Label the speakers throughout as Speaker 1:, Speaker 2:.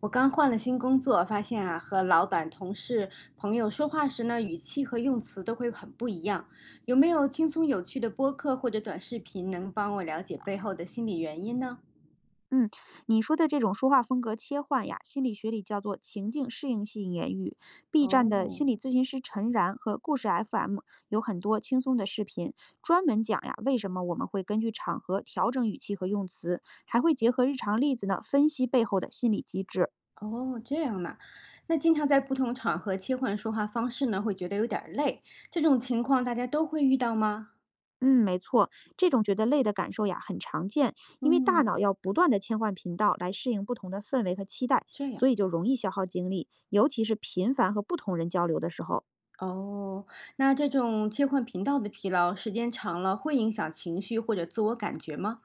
Speaker 1: 我刚换了新工作，发现啊，和老板、同事、朋友说话时呢，语气和用词都会很不一样。有没有轻松有趣的播客或者短视频能帮我了解背后的心理原因呢？
Speaker 2: 嗯，你说的这种说话风格切换呀，心理学里叫做情境适应性言语。B 站的心
Speaker 1: 哦，
Speaker 2: 理咨询师陈然和故事 FM 有很多轻松的视频，专门讲呀为什么我们会根据场合调整语气和用词，还会结合日常例子呢分析背后的心理机制。
Speaker 1: 哦，这样呢。那经常在不同场合切换说话方式呢，会觉得有点儿累。这种情况大家都会遇到吗？
Speaker 2: 嗯，没错，这种觉得累的感受呀很常见，因为大
Speaker 1: 嗯，
Speaker 2: 脑要不断的切换频道来适应不同的氛围和期待，
Speaker 1: 这样。
Speaker 2: 所以就容易消耗精力，尤其是频繁和不同人交流的时候。
Speaker 1: 哦，那这种切换频道的疲劳，时间长了会影响情绪或者自我感觉吗？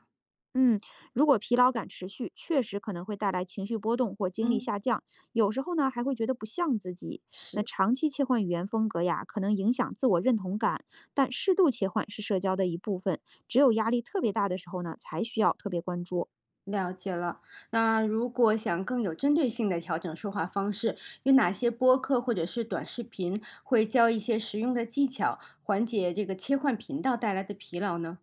Speaker 2: 嗯，如果疲劳感持续，确实可能会带来情绪波动或精力
Speaker 1: 嗯，
Speaker 2: 下降，有时候呢还会觉得不像自己。那
Speaker 1: 是。
Speaker 2: 长期切换语言风格呀，可能影响自我认同感，但适度切换是社交的一部分，只有压力特别大的时候呢，才需要特别关注。
Speaker 1: 了解了。那如果想更有针对性的调整说话方式，有哪些播客或者是短视频会教一些实用的技巧，缓解这个切换频道带来的疲劳呢？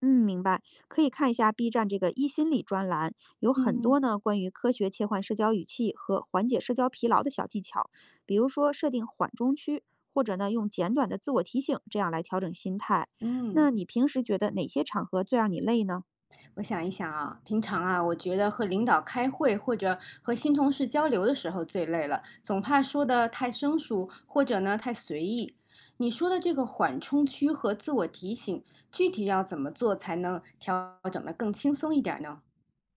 Speaker 2: 嗯，明白，可以看一下 B 站这个一心理专栏，有很
Speaker 1: 嗯，
Speaker 2: 多呢关于科学切换社交语气和缓解社交疲劳的小技巧，比如说设定缓冲区，或者呢用简短的自我提醒，这样来调整心态。
Speaker 1: 嗯，
Speaker 2: 那你平时觉得哪些场合最让你累呢？
Speaker 1: 我想一想啊，平常啊，我觉得和领导开会或者和新同事交流的时候最累了，总怕说的太生疏，或者呢太随意。你说的这个缓冲区和自我提醒，具体要怎么做才能调整得更轻松一点儿呢？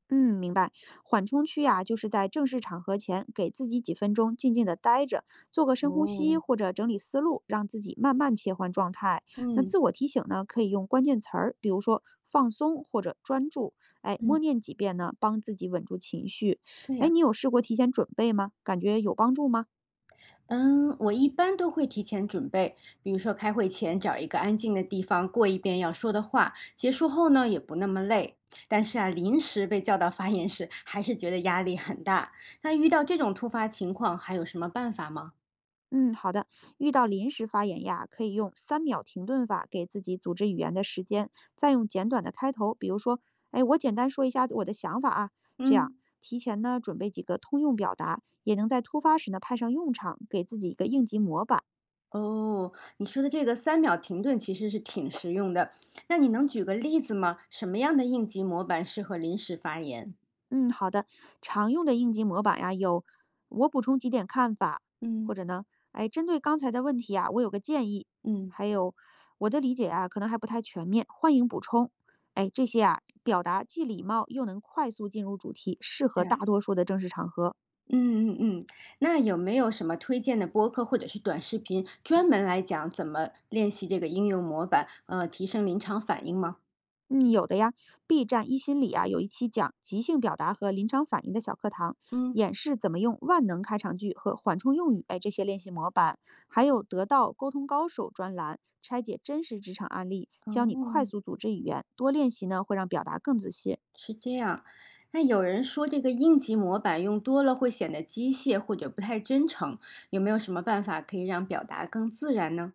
Speaker 2: 嗯，明白。缓冲区呀、就是在正式场合前，给自己几分钟静静的待着，做个深呼吸
Speaker 1: 哦，
Speaker 2: 或者整理思路，让自己慢慢切换状态。那
Speaker 1: 嗯
Speaker 2: 自我提醒呢，可以用关键词儿，比如说放松或者专注。哎，默
Speaker 1: 嗯，
Speaker 2: 念几遍呢，帮自己稳住情绪。
Speaker 1: 对
Speaker 2: 哎，
Speaker 1: 呀，
Speaker 2: 你有试过提前准备吗？感觉有帮助吗？
Speaker 1: 嗯，我一般都会提前准备，比如说开会前找一个安静的地方过一遍要说的话，结束后呢也不那么累。但是啊，临时被叫到发言室，还是觉得压力很大。那遇到这种突发情况，还有什么办法吗？
Speaker 2: 嗯，好的。遇到临时发言呀，可以用3秒停顿法给自己组织语言的时间，再用简短的开头，比如说，哎，我简单说一下我的想法啊，这样
Speaker 1: 嗯，
Speaker 2: 提前呢准备几个通用表达，也能在突发时呢派上用场，给自己一个应急模板。
Speaker 1: 哦，你说的这个三秒停顿其实是挺实用的。那你能举个例子吗？什么样的应急模板适合临时发言？
Speaker 2: 嗯，好的。常用的应急模板呀，有我补充几点看法，或
Speaker 1: 嗯
Speaker 2: 者呢，哎，针对刚才的问题啊，我有个建议，
Speaker 1: 嗯，
Speaker 2: 还有我的理解啊，可能还不太全面，欢迎补充。哎，这些啊，表达既礼貌又能快速进入主题，适合
Speaker 1: 这
Speaker 2: 大
Speaker 1: 样。
Speaker 2: 多数的正式场合。
Speaker 1: 嗯嗯嗯，那有没有什么推荐的播客或者是短视频，专门来讲怎么练习这个应用模板，提升临场反应吗？
Speaker 2: 嗯，有的呀。B 站一心理啊有一期讲即兴表达和临场反应的小课堂，
Speaker 1: 嗯，
Speaker 2: 演示怎么用万能开场句和缓冲用语，哎，这些练习模板，还有得到沟通高手专栏，拆解真实职场案例，教你快
Speaker 1: 哦，
Speaker 2: 速组织语言。多练习呢，会让表达更自信。
Speaker 1: 是这样。那有人说这个应急模板用多了会显得机械或者不太真诚，有没有什么办法可以让表达更自然呢？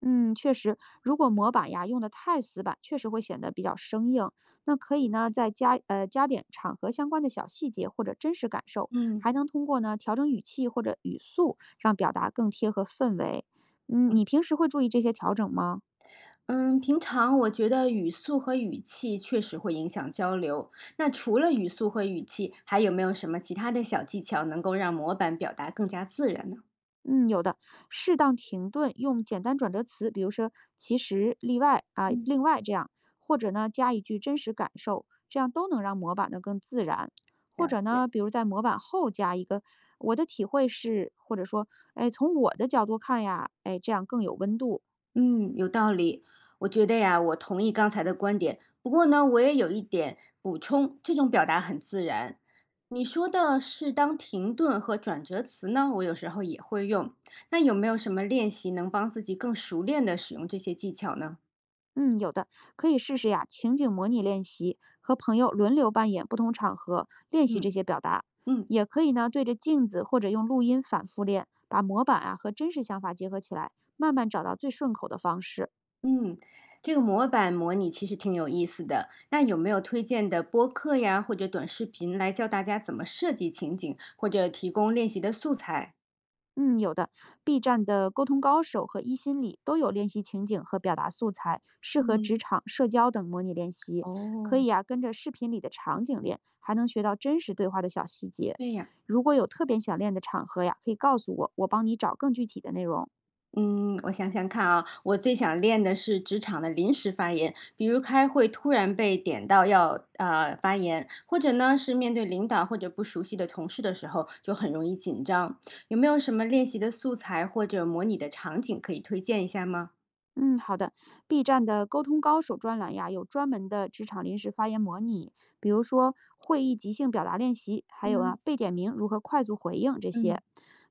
Speaker 2: 嗯，确实，如果模板呀用的太死板，确实会显得比较生硬。那可以呢，再加点场合相关的小细节或者真实感受，
Speaker 1: 嗯。
Speaker 2: 还能通过呢调整语气或者语速，让表达更贴合氛围。你平时会注意这些调整吗？
Speaker 1: 嗯，平常我觉得语速和语气确实会影响交流。那除了语速和语气，还有没有什么其他的小技巧能够让模板表达更加自然呢？
Speaker 2: 嗯，有的，适当停顿，用简单转折词，比如说“其实”“例外”啊、
Speaker 1: 嗯
Speaker 2: “另外”这样，或者呢加一句真实感受，这样都能让模板呢更自然。或
Speaker 1: 了
Speaker 2: 者呢，
Speaker 1: 解，
Speaker 2: 比如在模板后加一个“我的体会是”，或者说“哎，从我的角度看呀”，哎，这样更有温度。
Speaker 1: 嗯，有道理。我觉得呀，我同意刚才的观点。不过呢，我也有一点补充，这种表达很自然。你说的适当停顿和转折词呢，我有时候也会用。那有没有什么练习能帮自己更熟练的使用这些技巧呢？
Speaker 2: 嗯，有的，可以试试呀，情景模拟练习，和朋友轮流扮演不同场合，练习
Speaker 1: 嗯
Speaker 2: 这些表达。
Speaker 1: 嗯。
Speaker 2: 也可以呢，对着镜子或者用录音反复练，把模板啊和真实想法结合起来，慢慢找到最顺口的方式。
Speaker 1: 嗯，这个模板模拟其实挺有意思的。那有没有推荐的播客呀，或者短视频来教大家怎么设计情景，或者提供练习的素材？
Speaker 2: 嗯，有的，B 站的沟通高手和一心理都有练习情景和表达素材，适合
Speaker 1: 嗯，
Speaker 2: 职场、社交等模拟练习。可
Speaker 1: 哦，
Speaker 2: 以啊，跟着视频里的场景练，还能学到真实对话的小细节。
Speaker 1: 对呀，
Speaker 2: 如果有特别想练的场合呀，可以告诉我，我帮你找更具体的内容。
Speaker 1: 嗯，我想想看啊，我最想练的是职场的临时发言，比如开会突然被点到要发言，或者呢是面对领导或者不熟悉的同事的时候就很容易紧张。有没有什么练习的素材或者模拟的场景可以推荐一下吗？
Speaker 2: 嗯，好的。B 站的“沟通高手”专栏呀，有专门的职场临时发言模拟，比如说会议即兴表达练习，还有啊
Speaker 1: 嗯
Speaker 2: 被点名如何快速回应这些。
Speaker 1: 嗯，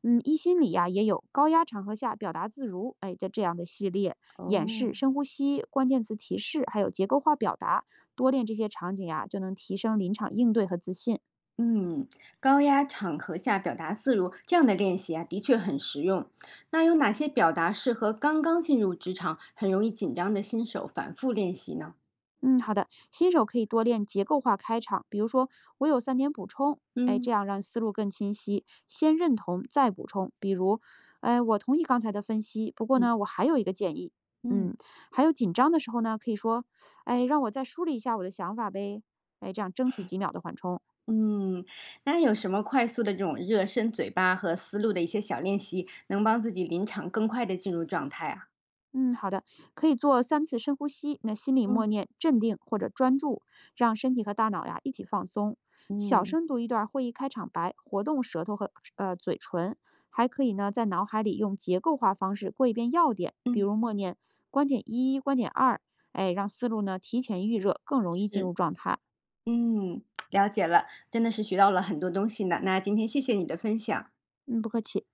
Speaker 2: 一心里呀也有高压场合下表达自如，哎，这样的系列演示、
Speaker 1: 哦，
Speaker 2: 深呼吸、关键词提示，还有结构化表达，多练这些场景呀，就能提升临场应对和自信。
Speaker 1: 嗯，高压场合下表达自如，这样的练习啊，的确很实用。那有哪些表达适合刚刚进入职场、很容易紧张的新手反复练习呢？
Speaker 2: 嗯，好的，新手可以多练结构化开场，比如说我有3点补充，哎，
Speaker 1: 嗯
Speaker 2: 这样让思路更清晰。先认同再补充，比如，哎，我同意刚才的分析，不过
Speaker 1: 嗯
Speaker 2: 呢，我还有一个建议。
Speaker 1: 嗯
Speaker 2: 嗯，还有紧张的时候呢，可以说，哎，让我再梳理一下我的想法呗，哎，这样争取几秒的缓冲。
Speaker 1: 嗯，那有什么快速的这种热身嘴巴和思路的一些小练习，能帮自己临场更快的进入状态啊？
Speaker 2: 嗯，好的，可以做3次深呼吸，那心里默
Speaker 1: 嗯
Speaker 2: 念镇定或者专注，让身体和大脑呀一起放松。小
Speaker 1: 嗯
Speaker 2: 声读一段会议开场白，活动舌头和嘴唇，还可以呢在脑海里用结构化方式过一遍要点，比
Speaker 1: 嗯，
Speaker 2: 如默念观点一、观点二，哎，让思路呢提前预热，更容易进
Speaker 1: 是，
Speaker 2: 入状态。
Speaker 1: 嗯，了解了，真的是学到了很多东西呢。那今天谢谢你的分享。
Speaker 2: 嗯，不客气。